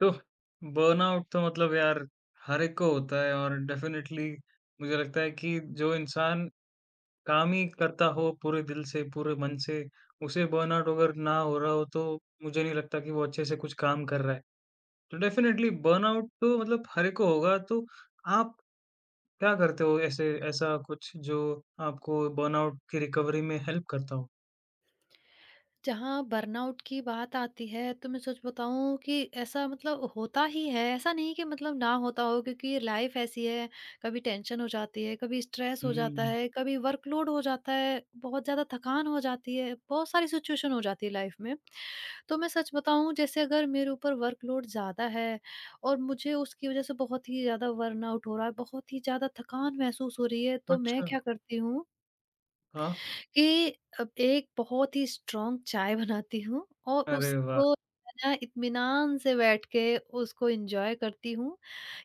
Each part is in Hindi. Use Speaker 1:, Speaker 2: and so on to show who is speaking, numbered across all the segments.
Speaker 1: तो बर्नआउट तो मतलब यार हर एक को होता है और डेफिनेटली मुझे लगता है कि जो इंसान काम ही करता हो पूरे दिल से, पूरे मन से, उसे बर्नआउट अगर ना हो रहा हो तो मुझे नहीं लगता कि वो अच्छे से कुछ काम कर रहा है। तो डेफिनेटली बर्नआउट तो मतलब हर एक को होगा, तो आप क्या करते हो ऐसे ऐसा कुछ जो आपको बर्नआउट की रिकवरी में हेल्प करता हो?
Speaker 2: जहाँ बर्नआउट की बात आती है तो मैं सच बताऊँ कि ऐसा मतलब होता ही है। ऐसा नहीं कि मतलब ना होता हो, क्योंकि लाइफ ऐसी है। कभी टेंशन हो जाती है, कभी स्ट्रेस हो जाता
Speaker 1: हुँ।
Speaker 2: है, कभी वर्कलोड हो जाता है, बहुत ज़्यादा थकान हो जाती है, बहुत सारी सिचुएशन हो जाती है लाइफ में। तो मैं सच बताऊँ, जैसे अगर मेरे ऊपर वर्कलोड ज़्यादा है और मुझे उसकी वज़ह से बहुत ही ज़्यादा बर्नआउट हो रहा है, बहुत ही ज़्यादा थकान महसूस हो रही है, तो मैं
Speaker 1: अच्छा,
Speaker 2: क्या करती हूँ
Speaker 1: हाँ।
Speaker 2: कि अब एक बहुत ही स्ट्रॉन्ग चाय बनाती हूँ और
Speaker 1: अरे वाह!
Speaker 2: उसको ना इत्मीनान से बैठ के उसको एन्जॉय करती हूँ।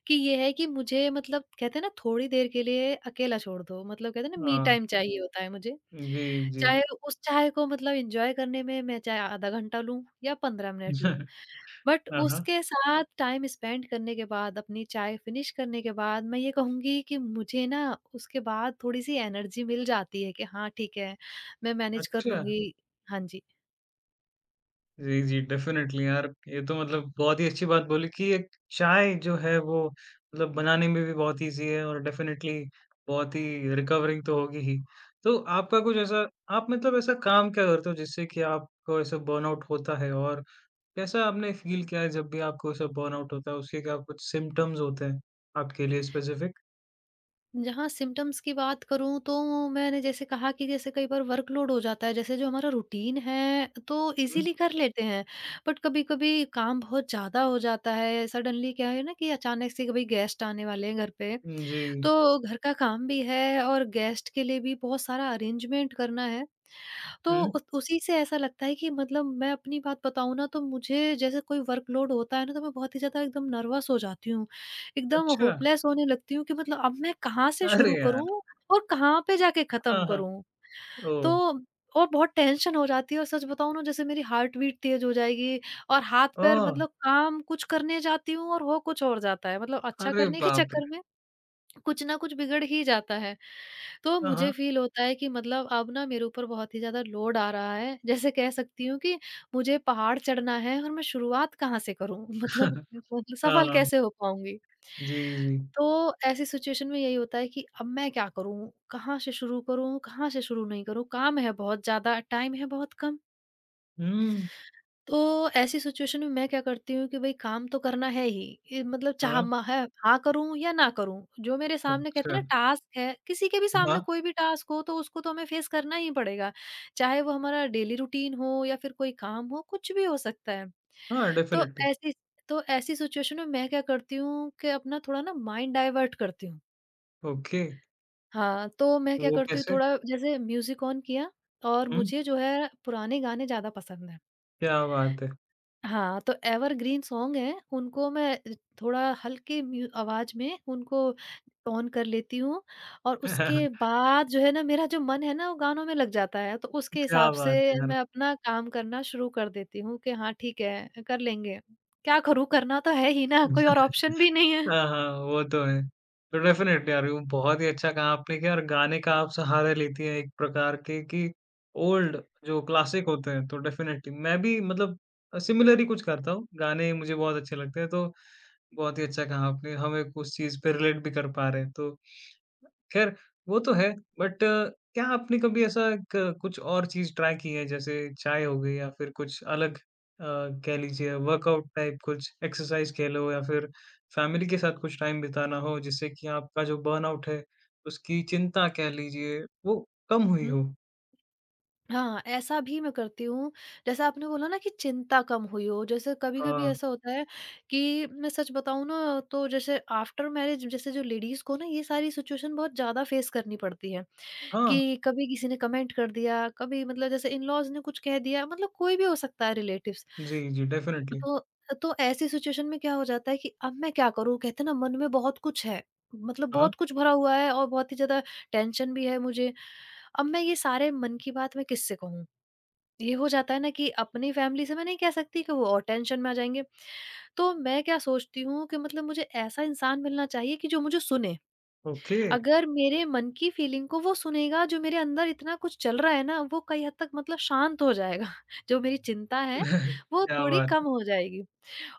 Speaker 2: कि ये है कि मुझे, मतलब कहते हैं ना, थोड़ी देर के लिए अकेला छोड़ दो, मतलब कहते हैं ना मी
Speaker 1: हाँ।
Speaker 2: टाइम चाहिए होता है मुझे।
Speaker 1: जी, जी।
Speaker 2: चाहे उस चाय को मतलब एन्जॉय करने में मैं चाहे आधा घंटा लूँ या 15 मिनट लूँ। बट
Speaker 1: हाँ, हाँ।
Speaker 2: उसके साथ टाइम स्पेंड करने के बाद, अपनी चाय फिनिश करने के बाद, मैं ये कहूँगी कि मुझे ना उसके बाद थोड़ी-सी एनर्जी मिल जाती है कि हाँ, ठीक है, मैं मैनेज कर
Speaker 1: अच्छा।
Speaker 2: लूँगी। हाँ जी।
Speaker 1: जी, जी, डेफ़िनेटली यार, ये तो मतलब बहुत ही अच्छी बात बोली कि एक चाय जो है वो मतलब बनाने में भी बहुत ईज़ी है और डेफ़िनेटली बहुत ही रिकवरिंग तो होगी ही। तो आपका कुछ ऐसा आप मतलब ऐसा काम क्या करते हो जिससे कि आपको ऐसा बर्नआउट होता है और कैसा आपने फ़ील किया है जब भी आपको ऐसा बर्नआउट होता है, उसके क्या कुछ सिम्पटम्स होते हैं आपके लिए स्पेसिफ़िक?
Speaker 2: जहाँ सिम्पटम्स की बात करूँ, तो मैंने जैसे कहा कि जैसे कई बार वर्कलोड हो जाता है। जैसे जो हमारा रूटीन है तो इज़िली कर लेते हैं, बट कभी-कभी काम बहुत ज़्यादा हो जाता है। सडनली क्या है ना कि अचानक से कभी गेस्ट आने वाले हैं घर पे,
Speaker 1: हुँ, जी,
Speaker 2: तो घर का काम भी है और गेस्ट के लिए भी बहुत सारा अरेंजमेंट करना है। तो
Speaker 1: हुँ,
Speaker 2: उस उसी से ऐसा लगता है कि मतलब मैं अपनी बात बताऊँ ना, तो मुझे जैसे कोई वर्कलोड होता है ना तो मैं बहुत ही ज़्यादा एकदम नर्वस हो जाती हूँ। एकदम
Speaker 1: अच्छा,
Speaker 2: होपलेस होने लगती हूँ कि मतलब अब मैं कहाँ से
Speaker 1: अरे
Speaker 2: शुरू
Speaker 1: यार!
Speaker 2: करूँ और कहाँ पे जाके ख़त्म
Speaker 1: हाँ, हाँ,
Speaker 2: करूँ?
Speaker 1: ओह!
Speaker 2: तो और बहुत टेंशन हो जाती है और सच बताऊँ ना, जैसे मेरी हार्ट बीट तेज़ हो जाएगी और हाथ-पैर,
Speaker 1: ओह!
Speaker 2: मतलब काम कुछ करने जाती हूँ और हो कुछ और जाता है। मतलब अच्छा
Speaker 1: अरे
Speaker 2: करने के
Speaker 1: बाप रे!
Speaker 2: चक्कर में कुछ ना कुछ बिगड़ ही जाता है। तो
Speaker 1: हाँ,
Speaker 2: मुझे
Speaker 1: हाँ।
Speaker 2: फ़ील होता है कि मतलब अब ना मेरे ऊपर बहुत ही ज़्यादा लोड आ रहा है। जैसे कह सकती हूँ कि मुझे पहाड़ चढ़ना है और मैं शुरुआत कहाँ से करूँ? मतलब मतलब
Speaker 1: हाँ,
Speaker 2: सफल
Speaker 1: हाँ।
Speaker 2: कैसे हो पाऊँगी?
Speaker 1: जी, जी।
Speaker 2: तो ऐसी सिचुएशन में यही होता है कि अब मैं क्या करूँ? कहाँ से शुरू करूँ? कहाँ से शुरू नहीं करूँ? काम है बहुत ज़्यादा, टाइम है बहुत कम।
Speaker 1: हुँ,
Speaker 2: तो ऐसी सिचुएशन में मैं क्या करती हूँ कि भई काम तो करना है ही। ये मतलब चाह
Speaker 1: हाँ,
Speaker 2: म है, हाँ करूँ या ना करूँ, जो मेरे सामने कहते
Speaker 1: अच्छा।
Speaker 2: हैं ना टास्क है, किसी के भी
Speaker 1: हाँ,
Speaker 2: सामने कोई भी टास्क हो तो उसको तो हमें फेस करना ही पड़ेगा। चाहे वो हमारा डेली रूटीन हो या फिर कोई काम हो, कुछ भी हो सकता है।
Speaker 1: हाँ,
Speaker 2: तो
Speaker 1: डेफ़िनेटली।
Speaker 2: ऐसी ऐसी सिचुएशन में मैं क्या करती हूँ कि अपना थोड़ा ना माइंड डाइवर्ट करती हूँ।
Speaker 1: ओके,
Speaker 2: हाँ, तो मैं क्या
Speaker 1: वो
Speaker 2: करती हूँ,
Speaker 1: कैसे?
Speaker 2: थोड़ा जैसे म्यूज़िक ऑन किया, और
Speaker 1: हुँ,
Speaker 2: मुझे जो है पुराने गाने ज़्यादा पसंद हैं।
Speaker 1: क्या बात है!
Speaker 2: हाँ, तो एवरग्रीन सॉन्ग हैं, उनको मैं थोड़ा हल्के म्यू आवाज़ में उनको ऑन कर लेती हूँ, और उसके बाद जो है ना मेरा जो मन है ना वो गानों में लग जाता है, तो उसके
Speaker 1: क्या
Speaker 2: हिसाब
Speaker 1: बात
Speaker 2: से
Speaker 1: है यार!
Speaker 2: मैं अपना काम करना शुरू कर देती हूँ कि हाँ, ठीक है, कर लेंगे। क्या करूँ, करना तो है ही ना, कोई और ऑप्शन भी नहीं है।
Speaker 1: हाँ, हाँ, वो तो है। तो डेफ़िनेटली यार, वो बहुत ही अच्छा कहा आपने कि यार गाने का आप सहारा लेती हैं एक प्रकार के कि ओल्ड जो क्लासिक होते हैं, तो डेफ़िनेटली मैं भी मतलब सिमिलर ही कुछ करता हूँ। गाने मुझे बहुत अच्छे लगते हैं, तो बहुत ही अच्छा कहा आपने। हम एक उस चीज़ पे रिलेट भी कर पा रहे हैं, तो ख़ैर वो तो है, बट क्या आपने कभी ऐसा क कुछ और चीज़ ट्राई की है जैसे चाय हो गई या फिर कुछ अलग कह लीजिए वर्कआउट टाइप कुछ एक्सरसाइज़ कह लो या फिर फैमिली के साथ कुछ टाइम बिताना हो जिससे कि आपका जो बर्नआउट है, उसकी चिंता कह लीजिए वो कम हुई
Speaker 2: हुँ।
Speaker 1: हो?
Speaker 2: हाँ, ऐसा भी मैं करती हूँ। जैसे आपने बोला ना कि चिंता कम हुई हो, जैसे कभी-कभी
Speaker 1: हाँ,
Speaker 2: ऐसा होता है कि मैं सच बताऊँ ना, तो जैसे आफ्टर मैरिज, जैसे जो लेडीज़ को ना ये सारी सिचुएशन बहुत ज़्यादा फेस करनी पड़ती है,
Speaker 1: हाँ।
Speaker 2: कि कभी किसी ने कमेंट कर दिया, कभी मतलब जैसे इन-लॉज़ ने कुछ कह दिया, मतलब कोई भी हो सकता है, रिलेटिव्स।
Speaker 1: जी, जी, डेफ़िनेटली।
Speaker 2: तो ऐसी सिचुएशन में क्या हो जाता है कि अब मैं क्या करूँ? कहते हैं ना मन में बहुत कुछ है, मतलब
Speaker 1: हाँ,
Speaker 2: बहुत कुछ भरा हुआ है और बहुत ही ज़्यादा टेंशन भी है मुझे। अब मैं ये सारे मन की बात मैं किससे कहूँ? ये हो जाता है ना कि अपनी फैमिली से मैं नहीं कह सकती कि वो और टेंशन में आ जाएँगे। तो मैं क्या सोचती हूँ कि मतलब मुझे ऐसा इंसान मिलना चाहिए कि जो मुझे सुने।
Speaker 1: ओके।
Speaker 2: अगर मेरे मन की फीलिंग को वो सुनेगा, जो मेरे अंदर इतना कुछ चल रहा है ना, वो कई हद तक मतलब शांत हो जाएगा। जो मेरी चिंता है, वो
Speaker 1: क्या
Speaker 2: थोड़ी
Speaker 1: बात
Speaker 2: कम
Speaker 1: है!
Speaker 2: हो जाएगी।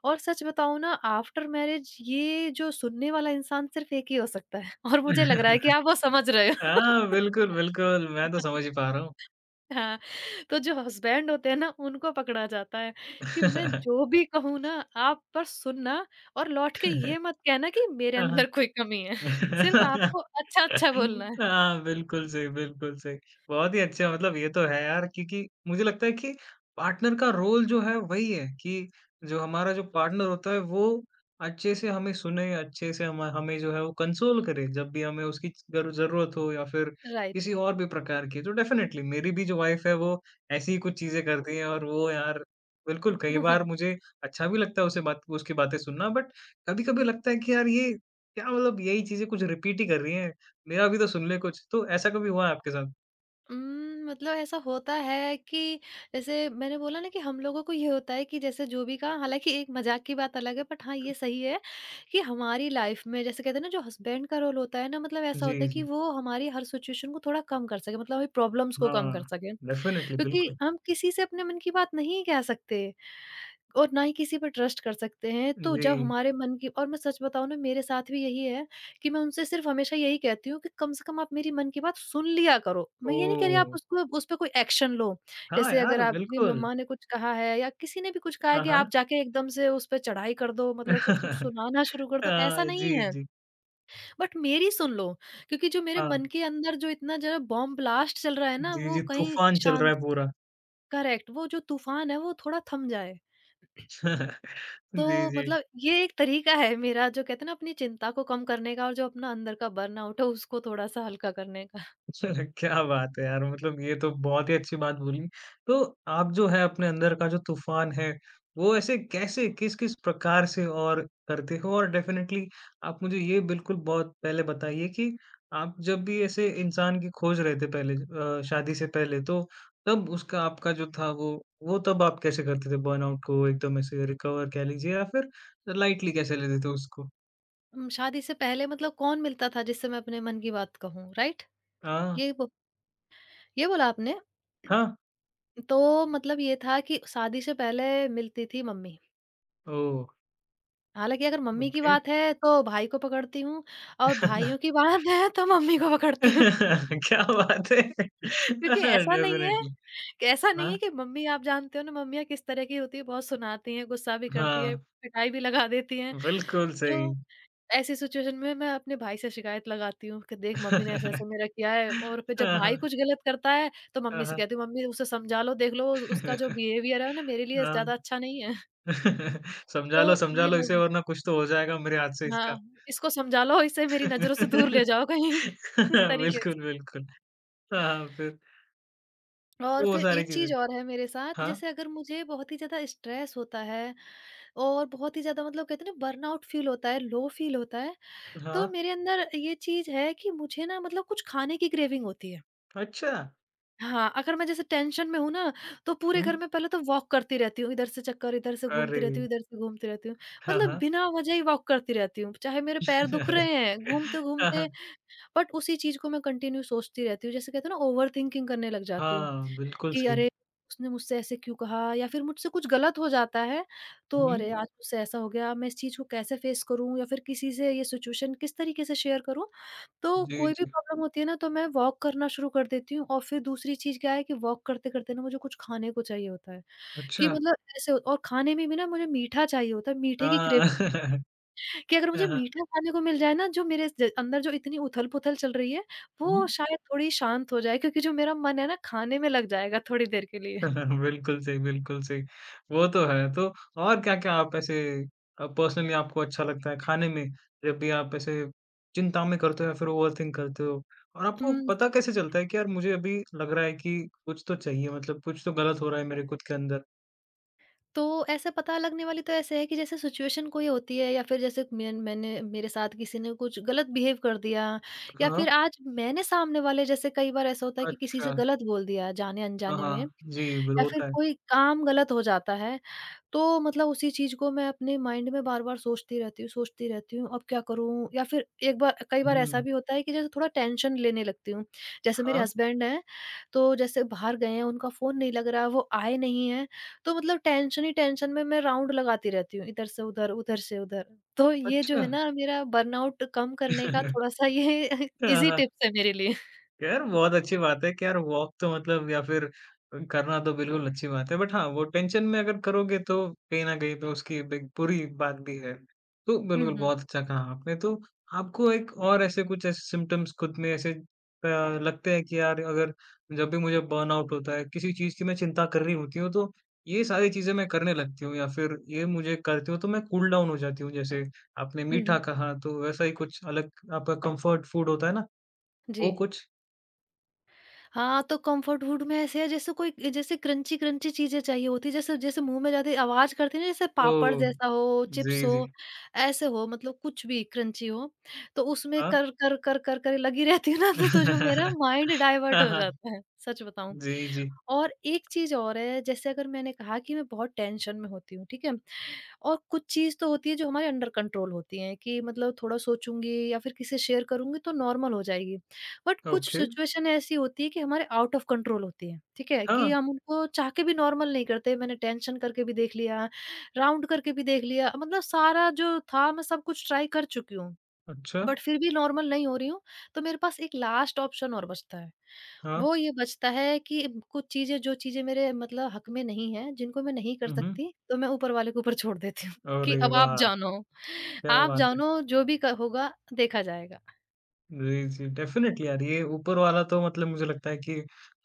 Speaker 2: और सच बताऊँ ना, आफ्टर मैरिज ये जो सुनने वाला इंसान सिर्फ़ एक ही हो सकता है, और मुझे लग रहा है कि आप वो समझ रहे हो।
Speaker 1: हाँ, बिल्कुल, बिल्कुल मैं तो समझ ही पा रहा हूँ।
Speaker 2: हाँ, तो जो हस्बैंड होते हैं ना, उनको पकड़ा जाता है कि मैं जो भी कहूँ ना, आप बस सुनना, और लौट के ये मत कहना कि मेरे
Speaker 1: हाँ,
Speaker 2: अंदर कोई कमी है। सिर्फ़
Speaker 1: हाँ।
Speaker 2: आपको अच्छा-अच्छा बोलना है।
Speaker 1: हाँ, बिल्कुल सही, बिल्कुल सही। बहुत ही अच्छा मतलब ये तो है यार क्योंकि मुझे लगता है कि पार्टनर का रोल जो है वही है कि जो हमारा जो पार्टनर होता है वो अच्छे से हमें सुने, अच्छे से हम हमें जो है वो कंसोल करे जब भी हमें उसकी ज़रूरत हो या फिर
Speaker 2: राइट।
Speaker 1: किसी और भी प्रकार की। तो डेफ़िनेटली मेरी भी जो वाइफ़ है वो ऐसी ही कुछ चीज़ें करती है और वो यार बिल्कुल कई बार मुझे अच्छा भी लगता है उसे बात उसकी बातें सुनना बट कभी-कभी लगता है कि यार ये क्या मतलब यही चीज़ें कुछ रिपीट ही कर रही हैं। मेरा भी तो सुन ले कुछ, तो ऐसा कभी हुआ है आपके साथ?
Speaker 2: मतलब ऐसा होता है कि जैसे मैंने बोला ना कि हम लोगों को ये होता है कि जैसे जो भी कहा, हालाँकि एक मज़ाक की बात अलग है, बट हाँ, ये सही है कि हमारी लाइफ़ में जैसे कहते हैं ना, जो हस्बैंड का रोल होता है ना, मतलब ऐसा
Speaker 1: जी,
Speaker 2: होता है कि
Speaker 1: जी।
Speaker 2: वो हमारी हर सिचुएशन को थोड़ा कम कर सके, मतलब हमारी प्रॉब्लम्स को कम कर
Speaker 1: हाँ,
Speaker 2: सके।
Speaker 1: डेफ़िनेटली,
Speaker 2: क्योंकि
Speaker 1: बिल्कुल।
Speaker 2: हम किसी से अपने मन की बात नहीं कह सकते, और ना ही किसी पे ट्रस्ट कर सकते हैं। तो जब
Speaker 1: जी,
Speaker 2: हमारे मन की, और मैं सच बताऊँ ना, मेरे साथ भी यही है कि मैं उनसे सिर्फ़ हमेशा यही कहती हूँ कि कम से कम आप मेरी मन की बात सुन लिया करो। मैं ये नहीं कह रही आप
Speaker 1: ओह!
Speaker 2: उसको उस पे कोई एक्शन लो।
Speaker 1: हाँ
Speaker 2: जैसे अगर
Speaker 1: यार,
Speaker 2: आपकी
Speaker 1: बिल्कुल।
Speaker 2: मम्मा ने कुछ कहा है या किसी ने भी कुछ कहा है,
Speaker 1: हाँ,
Speaker 2: कि
Speaker 1: हाँ।
Speaker 2: आप जाके एकदम से उस पे चढ़ाई कर दो, मतलब कुछ-कुछ सुनाना शुरू कर दो,
Speaker 1: हाँ,
Speaker 2: ऐसा नहीं
Speaker 1: जी,
Speaker 2: है।
Speaker 1: जी।
Speaker 2: बट मेरी सुन लो, क्योंकि जो मेरे
Speaker 1: हाँ,
Speaker 2: मन के अंदर जो इतना ज़रा बॉम्ब ब्लास्ट चल रहा है ना,
Speaker 1: जी,
Speaker 2: वो
Speaker 1: जी,
Speaker 2: कहीं
Speaker 1: तूफ़ान चल रहा
Speaker 2: शांत।
Speaker 1: है पूरा।
Speaker 2: करेक्ट। वो जो तूफ़ान है वो थोड़ा थम जाए।
Speaker 1: जी,
Speaker 2: तो
Speaker 1: जी।
Speaker 2: मतलब ये एक तरीका है मेरा, जो कहते हैं ना, अपनी चिंता को कम करने का और जो अपना अंदर का बर्नआउट है उसको थोड़ा सा हल्का करने का।
Speaker 1: चलो, क्या बात है यार! मतलब ये तो बहुत ही अच्छी बात बोली। तो आप जो है अपने अंदर का जो तूफ़ान है, वो ऐसे कैसे, किस-किस प्रकार से और करते हो? और डेफ़िनेटली आप मुझे ये बिल्कुल बहुत पहले बताइए कि आप जब भी ऐसे इंसान की खोज रहे थे पहले शादी से पहले तो तब उसका आपका जो था वो तब आप कैसे करते थे बर्नआउट को एकदम ऐसे रिकवर कह लीजिए या फिर लाइटली कैसे लेते थे उसको?
Speaker 2: शादी से पहले मतलब कौन मिलता था जिससे मैं अपने मन की बात कहूँ, राइट?
Speaker 1: हाँ,
Speaker 2: ये बो ये बोला आपने?
Speaker 1: हाँ?
Speaker 2: तो मतलब ये था कि शादी से पहले मिलती थी मम्मी।
Speaker 1: ओह!
Speaker 2: हालाँकि अगर मम्मी की
Speaker 1: ओके।
Speaker 2: बात है तो भाई को पकड़ती हूँ, और भाइयों की बात है तो मम्मी को पकड़ती हूँ।
Speaker 1: क्या बात है!
Speaker 2: क्योंकि ऐसा नहीं है
Speaker 1: डेफ़िनेटली।
Speaker 2: कि
Speaker 1: हाँ,
Speaker 2: मम्मी आप जानते हो ना, मम्मियाँ किस तरह की होती है, बहुत सुनाती हैं, गुस्सा भी करती हैं,
Speaker 1: हाँ,
Speaker 2: पिटाई भी लगा देती हैं।
Speaker 1: बिल्कुल सही।
Speaker 2: तो ऐसी सिचुएशन में मैं अपने भाई से शिकायत लगाती हूँ कि देख मम्मी ने ऐसा-ऐसा मेरा किया है, और फिर जब
Speaker 1: हाँ, हाँ,
Speaker 2: भाई कुछ गलत करता है तो मम्मी से
Speaker 1: हाँ,
Speaker 2: कहती हूँ, मम्मी उसे समझा लो, देख लो उसका जो
Speaker 1: हाँ।
Speaker 2: बिहेवियर है ना मेरे लिए
Speaker 1: हाँ।
Speaker 2: ज़्यादा अच्छा नहीं है। तो
Speaker 1: समझा
Speaker 2: ये
Speaker 1: लो इसे
Speaker 2: लोग,
Speaker 1: वरना कुछ तो हो जाएगा मेरे हाथ से इसका।
Speaker 2: हाँ, इसको समझा लो, इसे मेरी नज़रों से दूर ले जाओ कहीं। इस तरीके।
Speaker 1: बिल्कुल, बिल्कुल। हाँ, हाँ, फिर?
Speaker 2: और
Speaker 1: तो वो
Speaker 2: फिर
Speaker 1: सारी
Speaker 2: एक
Speaker 1: चीज़ें।
Speaker 2: चीज़ और है मेरे साथ,
Speaker 1: हाँ,
Speaker 2: जैसे अगर मुझे बहुत ही ज़्यादा स्ट्रेस होता है और बहुत ही ज़्यादा, मतलब कहते हैं ना बर्नआउट फ़ील होता है, लो फ़ील होता है, तो
Speaker 1: हाँ।
Speaker 2: मेरे अंदर ये चीज़ है कि मुझे ना मतलब कुछ खाने की क्रेविंग होती है।
Speaker 1: अच्छा!
Speaker 2: हाँ, अगर मैं जैसे टेंशन में हूँ ना, तो पूरे
Speaker 1: हुँ।
Speaker 2: घर में पहले तो वॉक करती रहती हूँ, इधर से चक्कर, इधर से घूमती
Speaker 1: अरे!
Speaker 2: रहती हूँ, इधर से घूमती रहती हूँ।
Speaker 1: हाँ,
Speaker 2: मतलब
Speaker 1: हाँ।
Speaker 2: बिना वजह ही वॉक करती रहती हूँ, चाहे मेरे पैर दुख रहे हैं
Speaker 1: हाँ, हाँ।
Speaker 2: घूमते-घूमते, बट उसी चीज़ को मैं कंटिन्यू सोचती रहती हूँ। जैसे कहते हैं ना, ओवरथिंकिंग करने लग जाती हूँ।
Speaker 1: हाँ, बिल्कुल
Speaker 2: कि
Speaker 1: सही।
Speaker 2: अरे, उसने मुझसे ऐसे क्यों कहा, या फिर मुझसे कुछ गलत हो जाता है, तो
Speaker 1: हुँ।
Speaker 2: अरे, आज मुझसे ऐसा हो गया, मैं इस चीज़ को कैसे फेस करूँ, या फिर किसी से ये सिचुएशन किस तरीके से शेयर करूँ? तो
Speaker 1: जी,
Speaker 2: कोई भी
Speaker 1: जी।
Speaker 2: प्रॉब्लम होती है ना, तो मैं वॉक करना शुरू कर देती हूँ। और फिर दूसरी चीज़ क्या है कि वॉक करते-करते ना मुझे कुछ खाने को चाहिए होता है, कि
Speaker 1: अच्छा।
Speaker 2: मतलब और खाने में भी ना मुझे मीठा चाहिए होता है, मीठे की
Speaker 1: हाँ।
Speaker 2: क्रेव कि अगर
Speaker 1: हाँ,
Speaker 2: मुझे
Speaker 1: हाँ।
Speaker 2: मीठा खाने को मिल जाए ना, जो मेरे ज अंदर जो इतनी उथल-पुथल चल रही है,
Speaker 1: हुँ।
Speaker 2: वो शायद थोड़ी शांत हो जाए, क्योंकि जो मेरा मन है ना, खाने में लग जाएगा थोड़ी देर के लिए।
Speaker 1: बिल्कुल सही, बिल्कुल सही। वो तो है, तो और क्या-क्या आप ऐसे पर्सनली आपको अच्छा लगता है खाने में, जब भी आप ऐसे चिंता में करते हो या फिर ओवरथिंक करते हो? और आपको
Speaker 2: हुँ।
Speaker 1: पता कैसे चलता है कि यार मुझे अभी लग रहा है कि कुछ तो चाहिए मतलब कुछ तो गलत हो रहा है मेरे खुद के अंदर?
Speaker 2: तो ऐसे पता लगने वाली तो ऐसे है कि जैसे सिचुएशन कोई होती है, या फिर जैसे मैंने मेरे साथ किसी ने कुछ गलत बिहेव कर दिया, या
Speaker 1: हाँ,
Speaker 2: फिर आज मैंने सामने वाले, जैसे कई बार ऐसा होता है कि किसी
Speaker 1: अच्छा।
Speaker 2: से गलत बोल दिया जाने
Speaker 1: हाँ,
Speaker 2: अनजाने में,
Speaker 1: हाँ।
Speaker 2: या
Speaker 1: जी, बिल
Speaker 2: फिर
Speaker 1: होता है।
Speaker 2: कोई काम गलत हो जाता है, तो मतलब उसी चीज़ को मैं अपने माइंड में बार-बार सोचती रहती हूँ, अब क्या करूँ? या फिर एक बार कई बार ऐसा
Speaker 1: हुँ।
Speaker 2: भी होता है कि जैसे थोड़ा टेंशन लेने लगती हूँ। जैसे मेरे
Speaker 1: हाँ,
Speaker 2: हस्बैंड हैं, तो जैसे बाहर गए हैं, उनका फ़ोन नहीं लग रहा, वो आए नहीं हैं, तो मतलब टेंशन ही टेंशन में मैं राउंड लगाती रहती हूँ, इधर से उधर, उधर से उधर। तो ये जो
Speaker 1: अच्छा।
Speaker 2: है ना, मेरा बर्नआउट कम करने का थोड़ा-सा ये
Speaker 1: हाँ,
Speaker 2: ईज़ी
Speaker 1: हाँ।
Speaker 2: टिप्स है मेरे लिए।
Speaker 1: यार बहुत अच्छी बात है कि यार वॉक तो मतलब या फिर करना तो बिल्कुल अच्छी बात है बट हाँ वो टेंशन में अगर करोगे तो कहीं ना कहीं तो उसकी एक बुरी बात भी है तो
Speaker 2: हुँ,
Speaker 1: बिल्कुल
Speaker 2: हुँ।
Speaker 1: बहुत अच्छा कहा आपने तो आपको एक और ऐसे सिम्टम्स खुद में ऐसे लगते हैं कि यार अगर जब भी मुझे बर्नआउट होता है किसी चीज की मैं चिंता कर रही होती हूँ तो ये सारी चीजें मैं करने लगती हूँ या फिर ये मुझे करती हूँ तो मैं कूल डाउन हो जाती हूँ जैसे आपने
Speaker 2: हुँ,
Speaker 1: मीठा
Speaker 2: हुँ।
Speaker 1: कहा तो वैसा ही कुछ अलग आपका कंफर्ट फूड होता है ना
Speaker 2: जी।
Speaker 1: वो कुछ
Speaker 2: हाँ, तो कम्फर्ट फूड में ऐसे है, जैसे कोई जैसे क्रंची क्रंची चीज़ें चाहिए होती है, जैसे जैसे मुँह में जाती आवाज़ करती है ना, जैसे पापड़
Speaker 1: ओह!
Speaker 2: जैसा हो,
Speaker 1: जी,
Speaker 2: चिप्स
Speaker 1: जी।
Speaker 2: हो, ऐसे हो, मतलब कुछ भी क्रंची हो, तो उसमें
Speaker 1: हाँ।
Speaker 2: कर कर कर कर कर लगी रहती हूँ ना, तो जो मेरा माइंड डाइवर्ट
Speaker 1: हाँ,
Speaker 2: हो
Speaker 1: हाँ।
Speaker 2: जाता है, सच बताऊँ।
Speaker 1: जी, जी।
Speaker 2: और एक चीज़ और है, जैसे अगर मैंने कहा कि मैं बहुत टेंशन में होती हूँ, ठीक है? और कुछ चीज़ तो होती है जो हमारे अंडर कंट्रोल होती है, कि मतलब थोड़ा सोचूँगी या फिर किसी से शेयर करूँगी तो नॉर्मल हो जाएगी। बट कुछ
Speaker 1: ओके।
Speaker 2: सिचुएशन ऐसी होती है कि हमारे आउट ऑफ कंट्रोल होती है, ठीक है? कि
Speaker 1: हाँ,
Speaker 2: हम उनको चाह के भी नॉर्मल नहीं करते। मैंने टेंशन करके भी देख लिया, राउंड करके भी देख लिया, मतलब सारा जो था मैं सब कुछ ट्राई कर चुकी हूँ।
Speaker 1: अच्छा।
Speaker 2: बट फिर भी नॉर्मल नहीं हो रही हूँ, तो मेरे पास एक लास्ट ऑप्शन और बचता है।
Speaker 1: हाँ।
Speaker 2: वो ये बचता है कि कुछ चीज़ें जो चीज़ें मेरे मतलब हक में नहीं हैं, जिनको मैं नहीं कर
Speaker 1: हुँ, हुँ।
Speaker 2: सकती, तो मैं ऊपर वाले के ऊपर छोड़ देती हूँ कि
Speaker 1: अरे
Speaker 2: अब
Speaker 1: वाह! क्या
Speaker 2: आप
Speaker 1: बात है।
Speaker 2: जानो जो भी क होगा देखा जाएगा।
Speaker 1: जी, जी। डेफ़िनिटली यार ये ऊपर वाला तो मतलब मुझे लगता है कि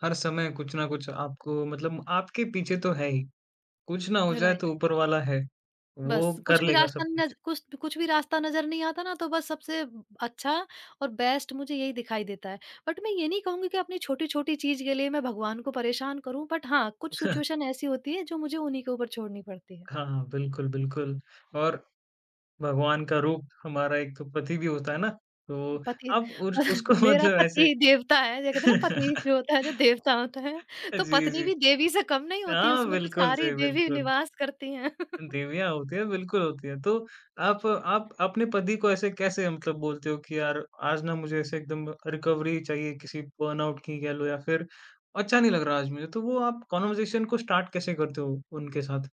Speaker 1: हर समय कुछ ना कुछ आपको मतलब आपके पीछे तो है ही। कुछ ना हो जाए
Speaker 2: राइट।
Speaker 1: तो ऊपर वाला है। वो
Speaker 2: बस
Speaker 1: कर
Speaker 2: कुछ भी
Speaker 1: लेगा
Speaker 2: रास्ता
Speaker 1: सब
Speaker 2: नज़
Speaker 1: कुछ।
Speaker 2: कुछ कुछ भी रास्ता नज़र नहीं आता ना, तो बस सबसे अच्छा और बेस्ट मुझे यही दिखाई देता है। बट मैं ये नहीं कहूँगी कि अपनी छोटी-छोटी चीज़ के लिए मैं भगवान को परेशान करूँ, बट हाँ, कुछ सिचुएशन ऐसी होती है जो मुझे उन्हीं के ऊपर छोड़नी पड़ती है।
Speaker 1: हाँ, हाँ। बिल्कुल, बिल्कुल। और भगवान का रूप हमारा एक तो पति भी होता है ना, तो
Speaker 2: पति।
Speaker 1: आप उस उसको
Speaker 2: मेरा
Speaker 1: मतलब ऐसे
Speaker 2: पति देवता है, जो कहते हैं ना पति जो होता है जो देवता होता है, तो
Speaker 1: जी,
Speaker 2: पत्नी
Speaker 1: जी।
Speaker 2: भी देवी से कम नहीं होती,
Speaker 1: हाँ,
Speaker 2: उसमें तो
Speaker 1: बिल्कुल
Speaker 2: सारी
Speaker 1: सही,
Speaker 2: देवी
Speaker 1: बिल्कुल।
Speaker 2: निवास करती हैं।
Speaker 1: देवियाँ होती हैं, बिल्कुल होती हैं। तो आप अपने पति को ऐसे कैसे मतलब बोलते हो कि यार आज ना मुझे ऐसे एकदम रिकवरी चाहिए किसी बर्नआउट की कह लो या फिर अच्छा नहीं लग रहा आज मुझे, तो वो आप कन्वर्सेशन को स्टार्ट कैसे करते हो उनके साथ?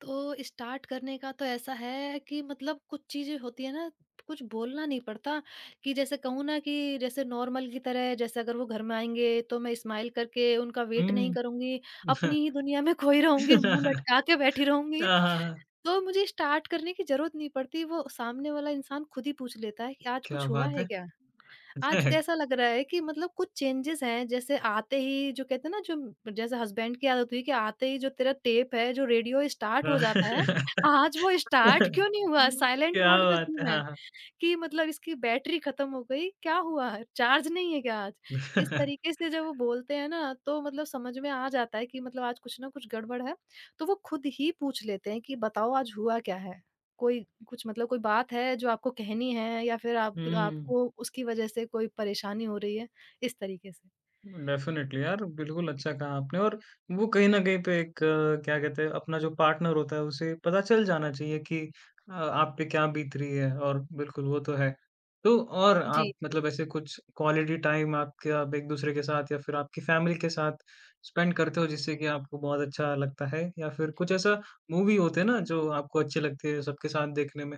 Speaker 2: तो स्टार्ट करने का तो ऐसा है कि मतलब कुछ चीज़ें होती है ना, कुछ बोलना नहीं पड़ता कि जैसे कहूँ ना, कि जैसे नॉर्मल की तरह, जैसे अगर वो घर में आएँगे तो मैं स्माइल करके उनका वेट नहीं
Speaker 1: हुँ।
Speaker 2: करूँगी, अपनी ही दुनिया में खोई रहूँगी, मुँह
Speaker 1: हाँ,
Speaker 2: लटका के बैठी रहूँगी।
Speaker 1: हाँ, हाँ।
Speaker 2: तो मुझे स्टार्ट करने की ज़रूरत नहीं पड़ती, वो सामने वाला इंसान खुद ही पूछ लेता है कि आज
Speaker 1: क्या
Speaker 2: कुछ हुआ
Speaker 1: बात
Speaker 2: है
Speaker 1: है!
Speaker 2: क्या? आज तो ऐसा लग रहा है कि मतलब कुछ चेंजेस हैं, जैसे आते ही जो कहते हैं ना, जो जैसे हस्बैंड की आदत हुई कि आते ही जो तेरा टेप है, जो रेडियो स्टार्ट हो जाता है,
Speaker 1: हाँ।
Speaker 2: आज वो स्टार्ट क्यों नहीं हुआ? साइलेंट
Speaker 1: क्या
Speaker 2: मोड पे
Speaker 1: बात है!
Speaker 2: क्यों है?
Speaker 1: हाँ, हाँ।
Speaker 2: कि मतलब इसकी बैटरी खत्म हो गई, क्या हुआ? चार्ज नहीं है क्या आज? इस तरीके से जब वो बोलते हैं ना, तो मतलब समझ में आ जाता है कि मतलब आज कुछ ना कुछ गड़बड़ है। तो वो खुद ही पूछ लेते हैं कि बताओ आज हुआ क्या है? कोई कुछ मतलब कोई बात है जो आपको कहनी है, या फिर आप
Speaker 1: हुँ।
Speaker 2: आपको उसकी वजह से कोई परेशानी हो रही है? इस तरीके से।
Speaker 1: डेफ़िनेटली यार, बिल्कुल अच्छा कहा आपने और वो कहीं न कहीं पे एक क्या कहते हैं अपना जो पार्टनर होता है उसे पता चल जाना चाहिए कि आप पे क्या बीत रही है और बिल्कुल वो तो है। तो और आप
Speaker 2: जी।
Speaker 1: मतलब ऐसे कुछ क्वालिटी टाइम आपके आप एक-दूसरे के साथ या फिर आपकी फ़ैमिली के साथ स्पेंड करते हो जिससे कि आपको बहुत अच्छा लगता है? या फिर कुछ ऐसा मूवी होते हैं ना जो आपको अच्छे लगते हैं सबके साथ देखने में?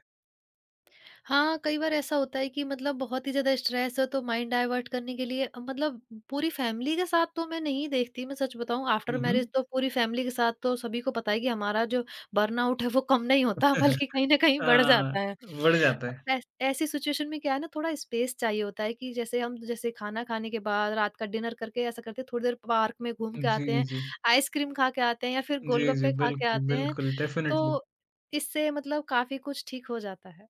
Speaker 2: हाँ, कई बार ऐसा होता है कि मतलब बहुत ही ज़्यादा स्ट्रेस है, तो माइंड डाइवर्ट करने के लिए मतलब पूरी फैमिली के साथ तो मैं नहीं देखती, मैं सच बताऊँ
Speaker 1: हुँ,
Speaker 2: आफ्टर
Speaker 1: हुँ। हाँ,
Speaker 2: मैरिज तो पूरी फैमिली के साथ तो सभी को पता है कि हमारा जो बर्नआउट है, वो कम नहीं होता बल्कि कहीं न कहीं बढ़ जाता है।
Speaker 1: बढ़ जाता
Speaker 2: तो
Speaker 1: है।
Speaker 2: ऐस ऐसी सिचुएशन में क्या है ना, थोड़ा स्पेस चाहिए होता है कि जैसे हम, जैसे खाना खाने के बाद रात का डिनर करके ऐसा करते हैं थोड़ी देर पार्क में घूम के
Speaker 1: जी,
Speaker 2: आते हैं,
Speaker 1: जी।
Speaker 2: आइसक्रीम खा के आते हैं या फिर
Speaker 1: जी, जी,
Speaker 2: गोलगप्पे खा के
Speaker 1: बिल्कुल,
Speaker 2: आते हैं,
Speaker 1: बिल्कुल, डेफ़िनेटली।
Speaker 2: तो इससे मतलब काफ़ी कुछ ठीक हो जाता है।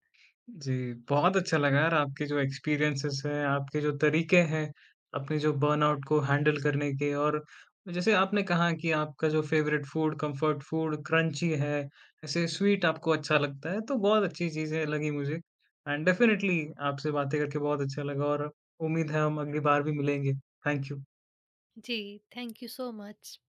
Speaker 1: जी, बहुत अच्छा लगा यार आपके जो एक्सपीरियंसेस हैं, आपके जो तरीके हैं, अपने जो बर्नआउट को हैंडल करने के और जैसे आपने कहा कि आपका जो favourite food, comfort food crunchy है, ऐसे स्वीट आपको अच्छा लगता है, तो बहुत अच्छी चीज़ें लगी मुझे एंड डेफिनिटली आपसे बातें करके बहुत अच्छा लगा और उम्मीद है हम अगली बार भी मिलेंगे। Thank you.
Speaker 2: Ji, thank you so much.